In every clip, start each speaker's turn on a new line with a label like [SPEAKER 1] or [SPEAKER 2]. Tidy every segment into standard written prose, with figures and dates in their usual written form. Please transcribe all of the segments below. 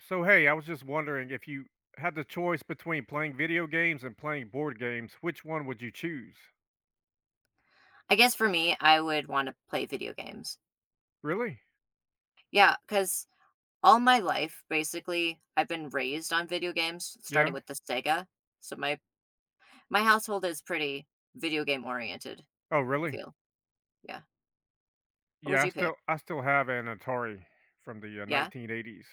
[SPEAKER 1] So, hey, I was just wondering if you had the choice between playing video games and playing board games, which one would you choose?
[SPEAKER 2] I guess for me, I would want to play video games.
[SPEAKER 1] Really?
[SPEAKER 2] Yeah, because all my life, basically, I've been raised on video games, starting
[SPEAKER 1] Yeah.
[SPEAKER 2] with the Sega. So my household is pretty video game oriented.
[SPEAKER 1] Oh,
[SPEAKER 2] I
[SPEAKER 1] really?
[SPEAKER 2] feel. Yeah. What would
[SPEAKER 1] Yeah, I
[SPEAKER 2] you
[SPEAKER 1] still
[SPEAKER 2] pick?
[SPEAKER 1] I still have an Atari from the
[SPEAKER 2] Yeah.
[SPEAKER 1] 1980s.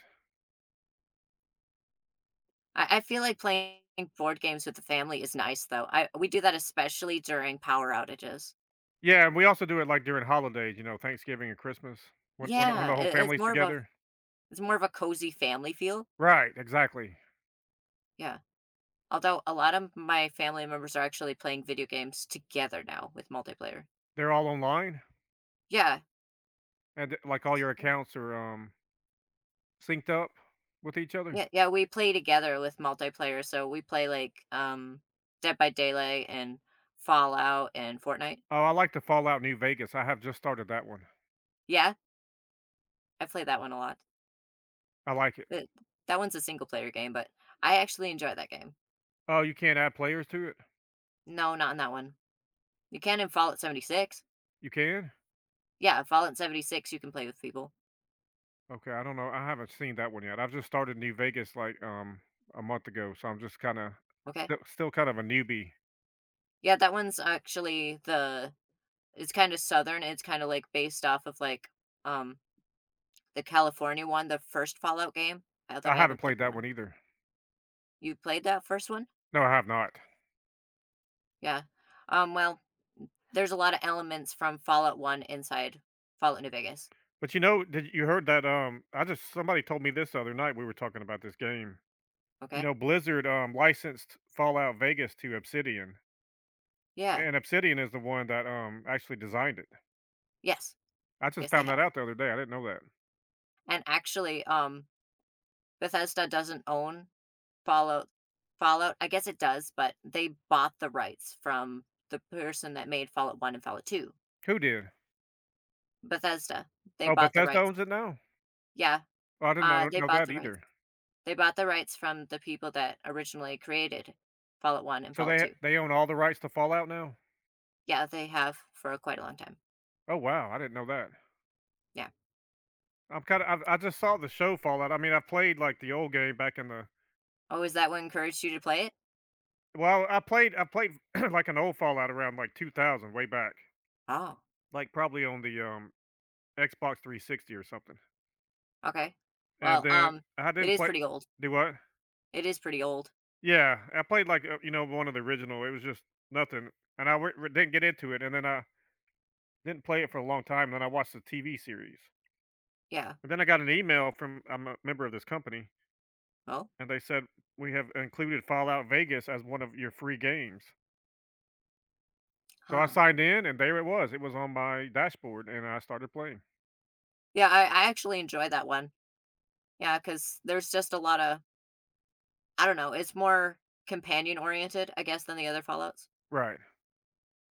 [SPEAKER 2] I feel like playing board games with the family is nice, though. I We do that especially during power outages.
[SPEAKER 1] Yeah, and we also do it like during holidays, you know, Thanksgiving and Christmas, when when
[SPEAKER 2] Yeah,
[SPEAKER 1] the whole
[SPEAKER 2] it's
[SPEAKER 1] family's
[SPEAKER 2] more of a
[SPEAKER 1] together.
[SPEAKER 2] it's more of a cozy family feel.
[SPEAKER 1] Right, exactly.
[SPEAKER 2] Yeah. Although a lot of my family members are actually playing video games together now with multiplayer.
[SPEAKER 1] They're all online
[SPEAKER 2] Yeah.
[SPEAKER 1] and like all your
[SPEAKER 2] Oh.
[SPEAKER 1] accounts are synced up with each other.
[SPEAKER 2] Yeah, yeah, we play together with multiplayer, so we play, like, Dead by Daylight and Fallout and Fortnite.
[SPEAKER 1] Oh, I like the Fallout New Vegas. I have just started that one.
[SPEAKER 2] Yeah, I play that one a lot.
[SPEAKER 1] I like it.
[SPEAKER 2] That that one's a single player game, but I actually enjoy that game.
[SPEAKER 1] Oh, you can't add players to it?
[SPEAKER 2] No, not in that one. You can in Fallout 76.
[SPEAKER 1] You can?
[SPEAKER 2] Yeah, Fallout 76, you can play with people,
[SPEAKER 1] Okay, I don't know. I haven't seen that one yet. I've just started New Vegas like a month ago, so I'm just kind of
[SPEAKER 2] okay?
[SPEAKER 1] still kind of a newbie.
[SPEAKER 2] Yeah, that one's actually the it's kinda Southern, it's kinda, like, based off of, like, um, the California one, the first Fallout game, although
[SPEAKER 1] I
[SPEAKER 2] I
[SPEAKER 1] haven't
[SPEAKER 2] haven't played
[SPEAKER 1] played
[SPEAKER 2] that
[SPEAKER 1] that
[SPEAKER 2] one.
[SPEAKER 1] one either.
[SPEAKER 2] You played that first one?
[SPEAKER 1] No, I have not.
[SPEAKER 2] Yeah. Well, there's a lot of elements from Fallout 1 inside Fallout New Vegas.
[SPEAKER 1] But you know, did you heard that I just somebody told me this the other night we were talking about this game. You
[SPEAKER 2] Okay?
[SPEAKER 1] know, Blizzard licensed Fallout Vegas to Obsidian.
[SPEAKER 2] Yeah.
[SPEAKER 1] And Obsidian is the one that actually designed it.
[SPEAKER 2] Yes.
[SPEAKER 1] I just
[SPEAKER 2] Yes, they
[SPEAKER 1] found that
[SPEAKER 2] have.
[SPEAKER 1] out the other day. I didn't know that.
[SPEAKER 2] And actually, Bethesda doesn't own Fallout Fallout. I guess it does, but they bought the rights from the person that made Fallout 1 and Fallout 2.
[SPEAKER 1] Who did?
[SPEAKER 2] Bethesda. They
[SPEAKER 1] Oh,
[SPEAKER 2] bought the
[SPEAKER 1] Bethesda
[SPEAKER 2] rights.
[SPEAKER 1] owns it now.
[SPEAKER 2] Yeah.
[SPEAKER 1] Oh, I did not
[SPEAKER 2] They
[SPEAKER 1] know
[SPEAKER 2] bought
[SPEAKER 1] that
[SPEAKER 2] the rights.
[SPEAKER 1] either.
[SPEAKER 2] They bought the rights from the people that originally created Fallout 1 and
[SPEAKER 1] So
[SPEAKER 2] Fallout
[SPEAKER 1] they
[SPEAKER 2] 2.
[SPEAKER 1] they own all the rights to Fallout now.
[SPEAKER 2] Yeah, they have for quite a long time.
[SPEAKER 1] Oh, wow, I didn't know that.
[SPEAKER 2] Yeah.
[SPEAKER 1] I'm kind of I just saw the show Fallout. I mean, I played like the old game back in the,
[SPEAKER 2] Oh, is that what encouraged you to play it?
[SPEAKER 1] well, I played like an old Fallout around like 2000 way back.
[SPEAKER 2] Oh,
[SPEAKER 1] Like probably on the Xbox 360 or something.
[SPEAKER 2] okay.
[SPEAKER 1] And
[SPEAKER 2] Well,
[SPEAKER 1] then
[SPEAKER 2] um,
[SPEAKER 1] I
[SPEAKER 2] it
[SPEAKER 1] didn't
[SPEAKER 2] is
[SPEAKER 1] play,
[SPEAKER 2] pretty old.
[SPEAKER 1] do what?
[SPEAKER 2] It is pretty old.
[SPEAKER 1] Yeah, I played like you know, one of the original. It was just nothing. And I didn't get into it, and then I didn't play it for a long time. Then I watched the TV series.
[SPEAKER 2] Yeah.
[SPEAKER 1] And then I got an email from, I'm a member of this company.
[SPEAKER 2] Oh,
[SPEAKER 1] And they said, "We have included Fallout Vegas as one of your free games." So I
[SPEAKER 2] huh.
[SPEAKER 1] signed in and there it was. It was on my dashboard and I started playing.
[SPEAKER 2] Yeah, I actually enjoy that one. Yeah, because there's just a lot of, I don't know, it's more companion oriented, I guess, than the other Fallouts.
[SPEAKER 1] Right.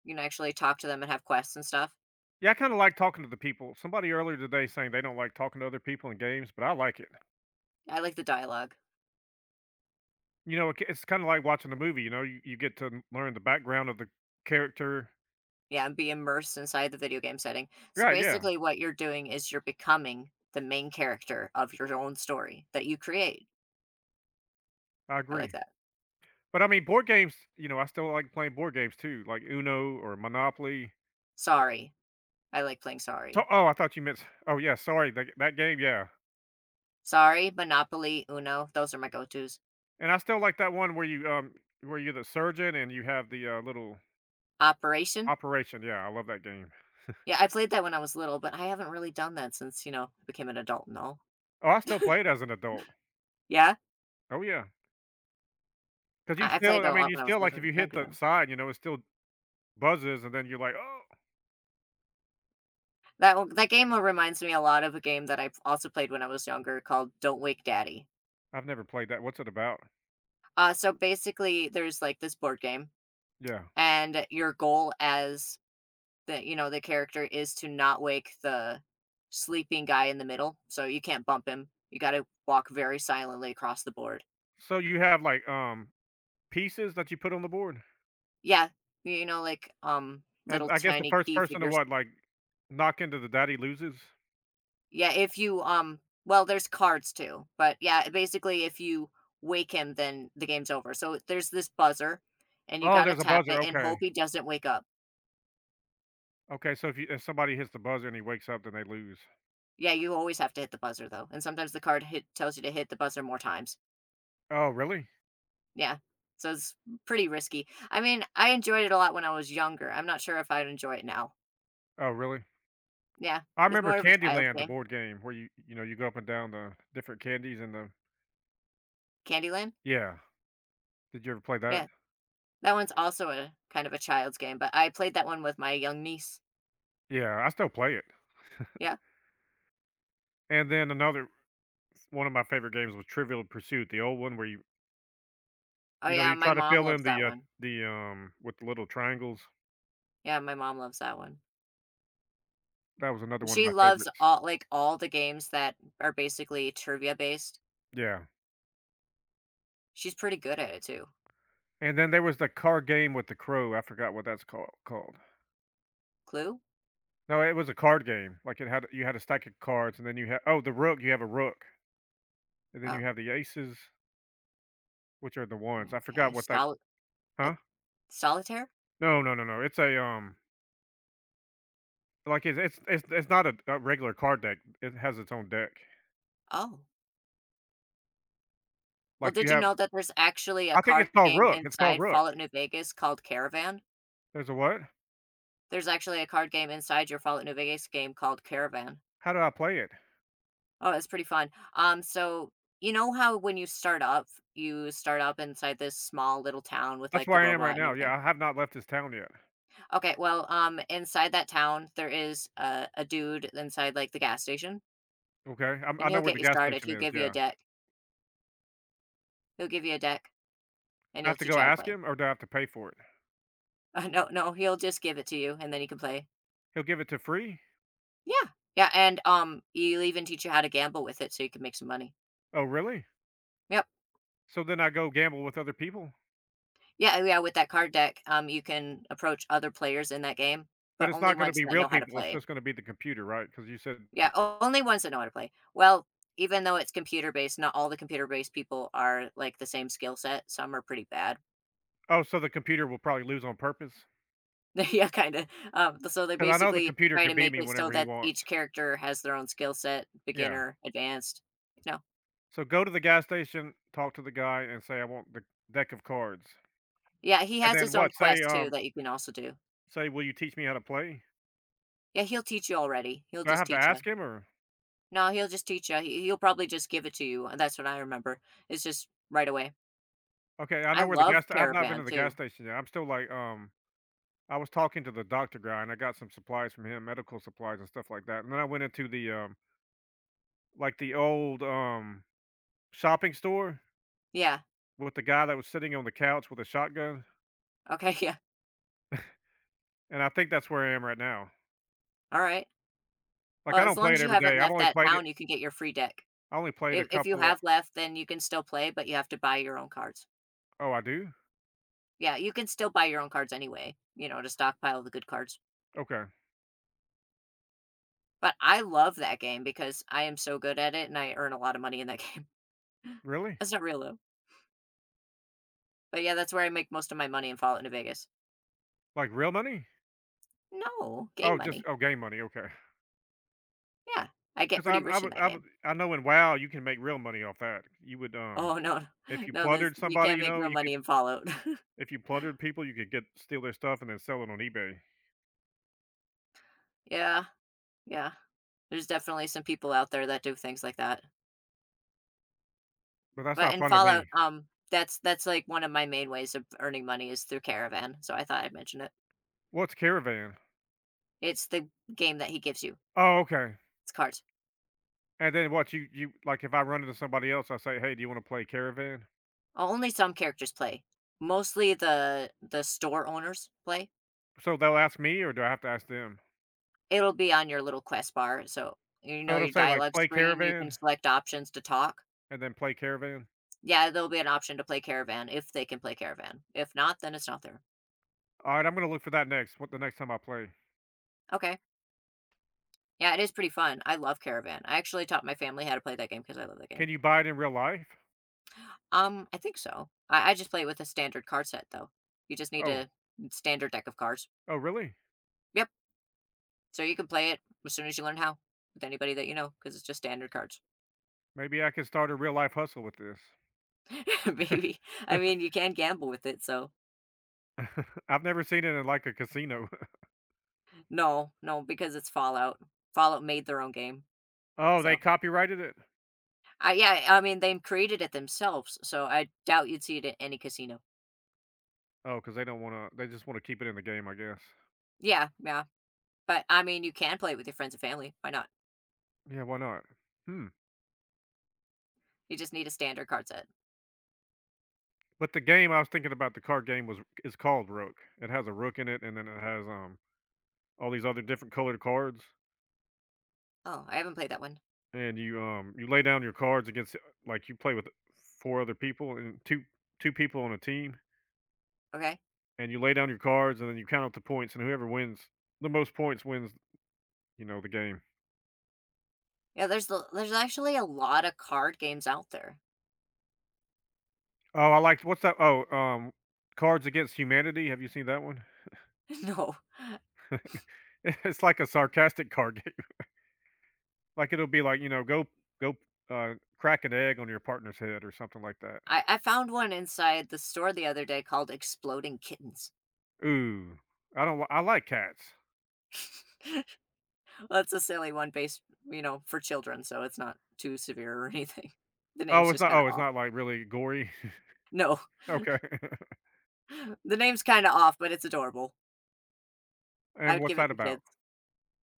[SPEAKER 2] You can actually talk to them and have quests and stuff.
[SPEAKER 1] Yeah, I kinda like talking to the people. Somebody earlier today saying they don't like talking to other people in games, but I like it.
[SPEAKER 2] I like the dialogue.
[SPEAKER 1] You know, it k it's kinda like watching a movie, you know, you get to learn the background of the character.
[SPEAKER 2] Yeah, and be immersed inside the video game setting. So
[SPEAKER 1] Right, yeah,
[SPEAKER 2] basically, what you're doing is you're becoming the main character of your own story that you create.
[SPEAKER 1] I
[SPEAKER 2] I like
[SPEAKER 1] agree.
[SPEAKER 2] that.
[SPEAKER 1] But I mean, board games, you know, I still like playing board games too, like Uno or Monopoly.
[SPEAKER 2] Sorry. I like playing
[SPEAKER 1] So,
[SPEAKER 2] Sorry.
[SPEAKER 1] oh, I thought you meant, oh, yeah, sorry, that game, yeah.
[SPEAKER 2] Sorry, Monopoly, Uno, those are my go-tos.
[SPEAKER 1] And I still like that one where you, where you're the surgeon and you have the, little
[SPEAKER 2] Operation?
[SPEAKER 1] operation. Yeah, I love that game.
[SPEAKER 2] Yeah, I played that when I was little, but I haven't really done that since, you know, I became an adult and all.
[SPEAKER 1] Oh, I still play it as an adult.
[SPEAKER 2] Yeah?
[SPEAKER 1] Oh, yeah, cause you
[SPEAKER 2] I
[SPEAKER 1] still,
[SPEAKER 2] played it
[SPEAKER 1] I
[SPEAKER 2] a
[SPEAKER 1] mean,
[SPEAKER 2] lot
[SPEAKER 1] you
[SPEAKER 2] when I
[SPEAKER 1] still
[SPEAKER 2] was
[SPEAKER 1] like,
[SPEAKER 2] little
[SPEAKER 1] if
[SPEAKER 2] and
[SPEAKER 1] you hit
[SPEAKER 2] younger,
[SPEAKER 1] the
[SPEAKER 2] though.
[SPEAKER 1] side, you know, it still buzzes and then you're like, "Oh."
[SPEAKER 2] That game reminds me a lot of a game that I also played when I was younger called Don't Wake Daddy.
[SPEAKER 1] I've never played that. What's it about?
[SPEAKER 2] Basically, there's, like, this board game,
[SPEAKER 1] Yeah.
[SPEAKER 2] and your goal as the the character is to not wake the sleeping guy in the middle, so you can't bump him. You gotta walk very silently across the board.
[SPEAKER 1] So you have, like, pieces that you put on the board?
[SPEAKER 2] Yeah, you know, like,
[SPEAKER 1] And
[SPEAKER 2] little
[SPEAKER 1] I guess the
[SPEAKER 2] tiny
[SPEAKER 1] first
[SPEAKER 2] key
[SPEAKER 1] person to
[SPEAKER 2] figures.
[SPEAKER 1] what, like, knock into the daddy loses?
[SPEAKER 2] Yeah, if you, well, there's cards too, but yeah, basically if you wake him, then the game's over. So there's this buzzer, and you
[SPEAKER 1] Oh,
[SPEAKER 2] gotta
[SPEAKER 1] there's a
[SPEAKER 2] tap
[SPEAKER 1] buzzer.
[SPEAKER 2] it and
[SPEAKER 1] Okay.
[SPEAKER 2] hope he doesn't wake up.
[SPEAKER 1] Okay, so if somebody hits the buzzer and he wakes up, then they lose.
[SPEAKER 2] Yeah, you always have to hit the buzzer though, and sometimes the card hit tells you to hit the buzzer more times.
[SPEAKER 1] Oh, really?
[SPEAKER 2] Yeah, so it's pretty risky. I mean, I enjoyed it a lot when I was younger. I'm not sure if I'd enjoy it now.
[SPEAKER 1] Oh, really?
[SPEAKER 2] Yeah,
[SPEAKER 1] I
[SPEAKER 2] it's
[SPEAKER 1] remember
[SPEAKER 2] more of a child's
[SPEAKER 1] Candyland, the
[SPEAKER 2] game.
[SPEAKER 1] board game where you know, you go up and down the different candies and the—
[SPEAKER 2] Candyland?
[SPEAKER 1] yeah. Did you ever play that?
[SPEAKER 2] Yeah. That one's also a kind of a child's game, but I played that one with my young niece.
[SPEAKER 1] Yeah, I still play it.
[SPEAKER 2] Yeah.
[SPEAKER 1] And then another one of my favorite games was Trivial Pursuit, the old one where you
[SPEAKER 2] Oh,
[SPEAKER 1] you know,
[SPEAKER 2] yeah,
[SPEAKER 1] you
[SPEAKER 2] my
[SPEAKER 1] try to
[SPEAKER 2] mom
[SPEAKER 1] fill in
[SPEAKER 2] loves that one.
[SPEAKER 1] the, with the little triangles.
[SPEAKER 2] Yeah, my mom loves that one.
[SPEAKER 1] That was another one of my
[SPEAKER 2] She loves
[SPEAKER 1] favorites.
[SPEAKER 2] all like, all the games that are basically trivia based.
[SPEAKER 1] Yeah.
[SPEAKER 2] She's pretty good at it too.
[SPEAKER 1] And then there was the card game with the crow, I forgot what that's called.
[SPEAKER 2] Clue?
[SPEAKER 1] No, it was a card game, like, it had, you had a stack of cards, and then you had— oh, the rook, you have a rook, and then you
[SPEAKER 2] Oh,
[SPEAKER 1] have the aces, which are the ones. I forgot
[SPEAKER 2] okay.
[SPEAKER 1] what that— huh?
[SPEAKER 2] At Solitaire?
[SPEAKER 1] No, no. It's a, like it's not a, a regular card deck. It has its own deck.
[SPEAKER 2] Oh. Well,
[SPEAKER 1] Like you
[SPEAKER 2] did you
[SPEAKER 1] have—
[SPEAKER 2] know that there's actually a
[SPEAKER 1] I think it's
[SPEAKER 2] card
[SPEAKER 1] called
[SPEAKER 2] game
[SPEAKER 1] Rook. It's called
[SPEAKER 2] inside
[SPEAKER 1] Rook.
[SPEAKER 2] Fallout New Vegas called Caravan?
[SPEAKER 1] There's a what?
[SPEAKER 2] There's actually a card game inside your Fallout New Vegas game called Caravan.
[SPEAKER 1] How do I play it?
[SPEAKER 2] Oh, it's pretty fun. So you know how when you start up inside this small little town with
[SPEAKER 1] That's
[SPEAKER 2] like the
[SPEAKER 1] where I am right
[SPEAKER 2] robot and
[SPEAKER 1] now. Yeah,
[SPEAKER 2] everything.
[SPEAKER 1] I have not left this town yet.
[SPEAKER 2] Okay, inside that town there is a dude inside like the gas station,
[SPEAKER 1] Okay, I'm,
[SPEAKER 2] and
[SPEAKER 1] I know
[SPEAKER 2] he'll
[SPEAKER 1] where
[SPEAKER 2] get
[SPEAKER 1] the
[SPEAKER 2] you
[SPEAKER 1] gas
[SPEAKER 2] started.
[SPEAKER 1] station
[SPEAKER 2] He'll
[SPEAKER 1] is.
[SPEAKER 2] give you a
[SPEAKER 1] Yeah,
[SPEAKER 2] deck. He'll give you a deck, and
[SPEAKER 1] I
[SPEAKER 2] he'll
[SPEAKER 1] have to
[SPEAKER 2] teach
[SPEAKER 1] go
[SPEAKER 2] you how to
[SPEAKER 1] ask
[SPEAKER 2] play.
[SPEAKER 1] him, or do I have to pay for it?
[SPEAKER 2] No, he'll just give it to you, and then you can play.
[SPEAKER 1] He'll give it to free.
[SPEAKER 2] Yeah, yeah, and he'll even teach you how to gamble with it, so you can make some money.
[SPEAKER 1] Oh, really?
[SPEAKER 2] Yep,
[SPEAKER 1] So then I go gamble with other people,
[SPEAKER 2] yeah, yeah. With that card deck, you can approach other players in that game,
[SPEAKER 1] but
[SPEAKER 2] but
[SPEAKER 1] it's
[SPEAKER 2] only
[SPEAKER 1] not going to
[SPEAKER 2] ones
[SPEAKER 1] be
[SPEAKER 2] that
[SPEAKER 1] real
[SPEAKER 2] know how to
[SPEAKER 1] people. It's
[SPEAKER 2] play.
[SPEAKER 1] just going to be the computer, right? Because you said—
[SPEAKER 2] Yeah, only ones that know how to play. Well, even though it's computer-based, not all the computer-based people are, like, the same skill set, some are pretty bad.
[SPEAKER 1] oh, so the computer will probably lose on purpose.
[SPEAKER 2] Yeah, so they
[SPEAKER 1] Because I know the
[SPEAKER 2] basically
[SPEAKER 1] computer
[SPEAKER 2] try
[SPEAKER 1] could
[SPEAKER 2] to
[SPEAKER 1] beat
[SPEAKER 2] make
[SPEAKER 1] me
[SPEAKER 2] it so
[SPEAKER 1] whenever he
[SPEAKER 2] that
[SPEAKER 1] wants.
[SPEAKER 2] each character has their own skill set,
[SPEAKER 1] Yeah.
[SPEAKER 2] beginner, advanced, you know?
[SPEAKER 1] So go to the gas station, talk to the guy, and say, "I want the deck of cards."
[SPEAKER 2] Yeah, he
[SPEAKER 1] And
[SPEAKER 2] has
[SPEAKER 1] then
[SPEAKER 2] his own
[SPEAKER 1] what? Say,
[SPEAKER 2] quest too that you can also do.
[SPEAKER 1] say, "Will you teach me how to play?"
[SPEAKER 2] Yeah, he'll
[SPEAKER 1] Do I
[SPEAKER 2] just
[SPEAKER 1] have to
[SPEAKER 2] teach you.
[SPEAKER 1] ask him, or?
[SPEAKER 2] No, he'll just teach you. He will probably just give it to you, and that's what I remember, it's just right away.
[SPEAKER 1] Okay, I
[SPEAKER 2] I
[SPEAKER 1] know where the
[SPEAKER 2] love
[SPEAKER 1] gas. I've not been
[SPEAKER 2] Caravan
[SPEAKER 1] to the gas
[SPEAKER 2] too.
[SPEAKER 1] station yet. I'm still like, I was talking to the doctor guy, and I got some supplies from him, medical supplies and stuff like that. And then I went into the like the old shopping store
[SPEAKER 2] Yeah,
[SPEAKER 1] with the guy that was sitting on the couch with a shotgun.
[SPEAKER 2] okay, yeah,
[SPEAKER 1] And I think that's where I am right now.
[SPEAKER 2] alright.
[SPEAKER 1] Like I
[SPEAKER 2] Well, as
[SPEAKER 1] don't
[SPEAKER 2] long
[SPEAKER 1] play it
[SPEAKER 2] as you
[SPEAKER 1] every
[SPEAKER 2] haven't
[SPEAKER 1] day. I've
[SPEAKER 2] left
[SPEAKER 1] only
[SPEAKER 2] that
[SPEAKER 1] played it.
[SPEAKER 2] town, you can get your free deck.
[SPEAKER 1] I only played a
[SPEAKER 2] If you
[SPEAKER 1] couple of.
[SPEAKER 2] have left, then you can still play, but you have to buy your own cards.
[SPEAKER 1] Oh, I do.
[SPEAKER 2] Yeah, you can still buy your own cards anyway, you know, to stockpile the good cards.
[SPEAKER 1] Okay,
[SPEAKER 2] But I love that game because I am so good at it and I earn a lot of money in that game.
[SPEAKER 1] really?
[SPEAKER 2] That's not real though. But yeah, that's where I make most of my money in Fallout New Vegas.
[SPEAKER 1] Like real money?
[SPEAKER 2] No,
[SPEAKER 1] Oh,
[SPEAKER 2] game
[SPEAKER 1] just,
[SPEAKER 2] money.
[SPEAKER 1] oh, game money. Okay, because—
[SPEAKER 2] Yeah, I get
[SPEAKER 1] 'cause
[SPEAKER 2] pretty
[SPEAKER 1] I'm,
[SPEAKER 2] rich in that game.
[SPEAKER 1] I know in WoW, you can make real money off that. You would,
[SPEAKER 2] Oh no,
[SPEAKER 1] if you
[SPEAKER 2] no, there's
[SPEAKER 1] plundered
[SPEAKER 2] you
[SPEAKER 1] somebody,
[SPEAKER 2] can't
[SPEAKER 1] you
[SPEAKER 2] make
[SPEAKER 1] know,
[SPEAKER 2] real
[SPEAKER 1] you could,
[SPEAKER 2] money in Fallout.
[SPEAKER 1] if you plundered people, you could get steal their stuff and then sell it on eBay,
[SPEAKER 2] Yeah, yeah. There's definitely some people out there that do things like that.
[SPEAKER 1] but that's
[SPEAKER 2] But
[SPEAKER 1] not
[SPEAKER 2] in
[SPEAKER 1] fun to
[SPEAKER 2] Fallout,
[SPEAKER 1] me.
[SPEAKER 2] um, that's that's like one of my main ways of earning money is through caravan. So I thought I'd mention it.
[SPEAKER 1] What's Caravan?
[SPEAKER 2] It's the game that he gives you.
[SPEAKER 1] Oh, okay,
[SPEAKER 2] It's cards.
[SPEAKER 1] and then what, you like, if I run into somebody else, I say, "Hey, do you wanna play Caravan?"
[SPEAKER 2] Only some characters play. Mostly the store owners play.
[SPEAKER 1] So they'll ask me, or do I have to ask them?
[SPEAKER 2] It'll be on your little quest bar. So you
[SPEAKER 1] So
[SPEAKER 2] know
[SPEAKER 1] it'll
[SPEAKER 2] your
[SPEAKER 1] say, like,
[SPEAKER 2] dialogue
[SPEAKER 1] "Play
[SPEAKER 2] screen. You can
[SPEAKER 1] Caravan,"
[SPEAKER 2] select options to talk.
[SPEAKER 1] and then "Play Caravan."
[SPEAKER 2] Yeah, there'll be an option to play caravan if they can play caravan. If not, then it's not there.
[SPEAKER 1] Alright, I'm gonna look for that next, what the next time I play.
[SPEAKER 2] Okay. Yeah, it is pretty fun. I love caravan. I actually taught my family how to play that game because I love that
[SPEAKER 1] Can
[SPEAKER 2] game.
[SPEAKER 1] you buy it in real life?
[SPEAKER 2] I think so. I just play it with a standard card set, though. You just need
[SPEAKER 1] Oh.
[SPEAKER 2] a standard deck of cards.
[SPEAKER 1] Oh, really?
[SPEAKER 2] Yep. So you can play it as soon as you learn how with anybody that you know, because it's just standard cards,
[SPEAKER 1] Maybe I could start a real life hustle with this.
[SPEAKER 2] baby. I mean, you can gamble with it. So
[SPEAKER 1] I've never seen it in like a casino.
[SPEAKER 2] no, no, because it's Fallout. Fallout made their own game.
[SPEAKER 1] Oh, they
[SPEAKER 2] So
[SPEAKER 1] copyrighted it?
[SPEAKER 2] yeah, I mean, they created it themselves. So I doubt you'd see it at any casino.
[SPEAKER 1] Oh, because they don't want to. They just want to keep it in the game, I guess.
[SPEAKER 2] Yeah, yeah. But I mean, you can play it with your friends and family. Why not?
[SPEAKER 1] Yeah, why not? Hmm.
[SPEAKER 2] You just need a standard card set.
[SPEAKER 1] But the game I was thinking about, the card game was, is called Rook. It has a rook in it, and then it has all these other different colored cards.
[SPEAKER 2] Oh, I haven't played that one.
[SPEAKER 1] And you you lay down your cards against, like you play with four other people and two people on a team,
[SPEAKER 2] Okay.
[SPEAKER 1] and you lay down your cards, and then you count up the points, and whoever wins the most points wins, you know, the game.
[SPEAKER 2] Yeah, there's actually a lot of card games out there.
[SPEAKER 1] Oh, I liked what's that? Oh, Cards Against Humanity. Have you seen that one?
[SPEAKER 2] No.
[SPEAKER 1] It's like a sarcastic card game. Like it'll be like, you know, go crack an egg on your partner's head or something like that.
[SPEAKER 2] I found one inside the store the other day called Exploding Kittens.
[SPEAKER 1] Ooh, I don't. I like cats.
[SPEAKER 2] That's a silly one based, you know, for children, so it's not too severe or anything. The
[SPEAKER 1] Oh,
[SPEAKER 2] name's
[SPEAKER 1] it's
[SPEAKER 2] just
[SPEAKER 1] not.
[SPEAKER 2] kinda
[SPEAKER 1] Oh, it's
[SPEAKER 2] off.
[SPEAKER 1] not like really gory.
[SPEAKER 2] No.
[SPEAKER 1] Okay.
[SPEAKER 2] The name's kinda off, but it's adorable. I
[SPEAKER 1] And
[SPEAKER 2] would
[SPEAKER 1] what's
[SPEAKER 2] give it
[SPEAKER 1] that
[SPEAKER 2] to
[SPEAKER 1] about?
[SPEAKER 2] kids.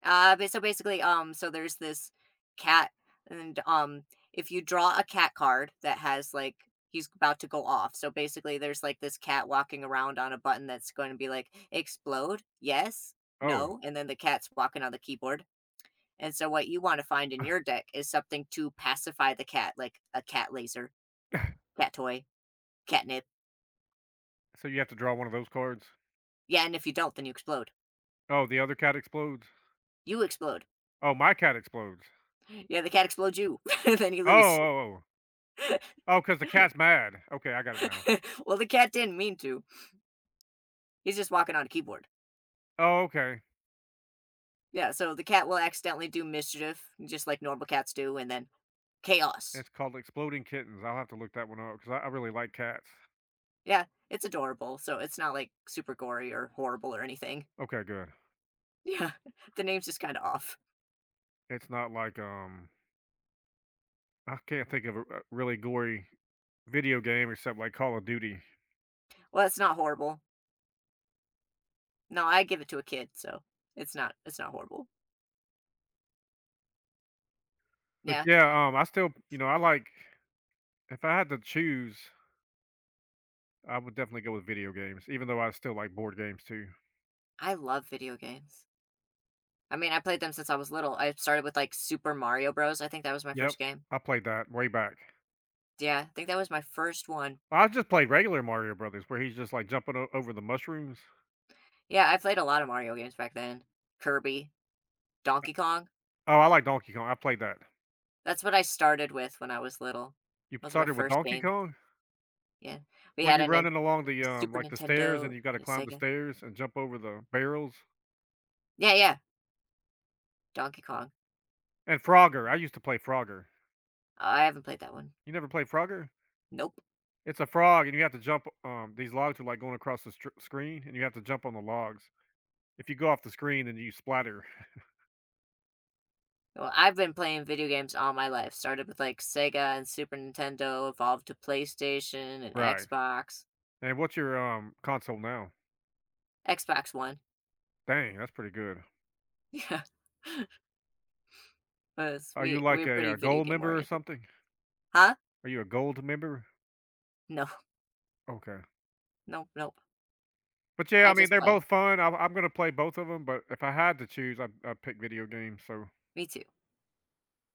[SPEAKER 2] So there's this cat, and if you draw a cat card that has, he's about to go off. So basically, there's, like, this cat walking around on a button that's gonna be like, "Explode? Yes?
[SPEAKER 1] Oh,
[SPEAKER 2] No?" And then the cat's walking on the keyboard. And so what you wanna find in your deck is something to pacify the cat, like a cat laser,
[SPEAKER 1] so
[SPEAKER 2] cat toy, catnip.
[SPEAKER 1] you have to draw one of those cards.
[SPEAKER 2] Yeah, and if you don't, then you explode.
[SPEAKER 1] Oh, the other cat explodes.
[SPEAKER 2] You explode.
[SPEAKER 1] Oh, my cat explodes.
[SPEAKER 2] Yeah, the cat explodes you, then you
[SPEAKER 1] Oh,
[SPEAKER 2] lose.
[SPEAKER 1] oh, oh. Oh, because the cat's mad. Okay, I got it now.
[SPEAKER 2] Well, the cat didn't mean to. He's just walking on a keyboard.
[SPEAKER 1] Oh, okay.
[SPEAKER 2] Yeah, so the cat will accidentally do mischief, just like normal cats do, and then chaos.
[SPEAKER 1] It's called Exploding Kittens. I'll have to look that one up because I really like cats.
[SPEAKER 2] Yeah, it's adorable, so it's not like super gory or horrible or anything.
[SPEAKER 1] Okay, good.
[SPEAKER 2] Yeah, the name's just kind of off.
[SPEAKER 1] It's not like I can't think of a really gory video game except like Call of Duty.
[SPEAKER 2] Well, it's not horrible. No, I give it to a kid, so it's not horrible.
[SPEAKER 1] But
[SPEAKER 2] Yeah,
[SPEAKER 1] yeah, I still, you know, I like. If I had to choose, I would definitely go with video games, even though I still like board games too.
[SPEAKER 2] I love video games. I mean, I played them since I was little. I started with like Super Mario Bros. I think that was my
[SPEAKER 1] Yep,
[SPEAKER 2] first game.
[SPEAKER 1] I played that way back.
[SPEAKER 2] Yeah, I think that was my first one.
[SPEAKER 1] I just played regular Mario Brothers, where he's just like jumping over the mushrooms.
[SPEAKER 2] Yeah, I played a lot of Mario games back then. Kirby, Donkey Kong.
[SPEAKER 1] Oh, I like Donkey Kong. I played that.
[SPEAKER 2] That's what I started with when I was little.
[SPEAKER 1] You
[SPEAKER 2] Those were my
[SPEAKER 1] started with
[SPEAKER 2] first
[SPEAKER 1] Donkey
[SPEAKER 2] games.
[SPEAKER 1] Kong.
[SPEAKER 2] Yeah. We
[SPEAKER 1] Where
[SPEAKER 2] had
[SPEAKER 1] you
[SPEAKER 2] a Nin
[SPEAKER 1] running along the,
[SPEAKER 2] Super
[SPEAKER 1] like, the stairs
[SPEAKER 2] Nintendo
[SPEAKER 1] and you gotta
[SPEAKER 2] and a
[SPEAKER 1] climb the
[SPEAKER 2] Sega.
[SPEAKER 1] stairs and jump over the barrels?
[SPEAKER 2] Yeah, yeah, Donkey Kong.
[SPEAKER 1] And Frogger,
[SPEAKER 2] Yeah.
[SPEAKER 1] I used to play Frogger.
[SPEAKER 2] I haven't played that one.
[SPEAKER 1] You never play Frogger?
[SPEAKER 2] Nope.
[SPEAKER 1] It's a frog and you have to jump, these logs are, like, going across the str screen and you have to jump on the logs. If you go off the screen, then you splatter.
[SPEAKER 2] Well, I've been playing video games all my life. Started with, like, Sega and Super Nintendo, evolved to PlayStation and
[SPEAKER 1] Right.
[SPEAKER 2] Xbox.
[SPEAKER 1] And what's your, console now?
[SPEAKER 2] Xbox One.
[SPEAKER 1] Dang, that's pretty good.
[SPEAKER 2] Yeah. Was
[SPEAKER 1] Are you,
[SPEAKER 2] we
[SPEAKER 1] like,
[SPEAKER 2] we're
[SPEAKER 1] a,
[SPEAKER 2] pretty video
[SPEAKER 1] gold
[SPEAKER 2] game
[SPEAKER 1] member or
[SPEAKER 2] oriented.
[SPEAKER 1] something?
[SPEAKER 2] Huh?
[SPEAKER 1] Are you a gold member?
[SPEAKER 2] No.
[SPEAKER 1] Okay.
[SPEAKER 2] Nope, nope.
[SPEAKER 1] But, yeah, I
[SPEAKER 2] I
[SPEAKER 1] mean,
[SPEAKER 2] just
[SPEAKER 1] they're
[SPEAKER 2] play.
[SPEAKER 1] both fun. I'm gonna play both of them, but if I had to choose, I'd pick video games, so
[SPEAKER 2] Me too.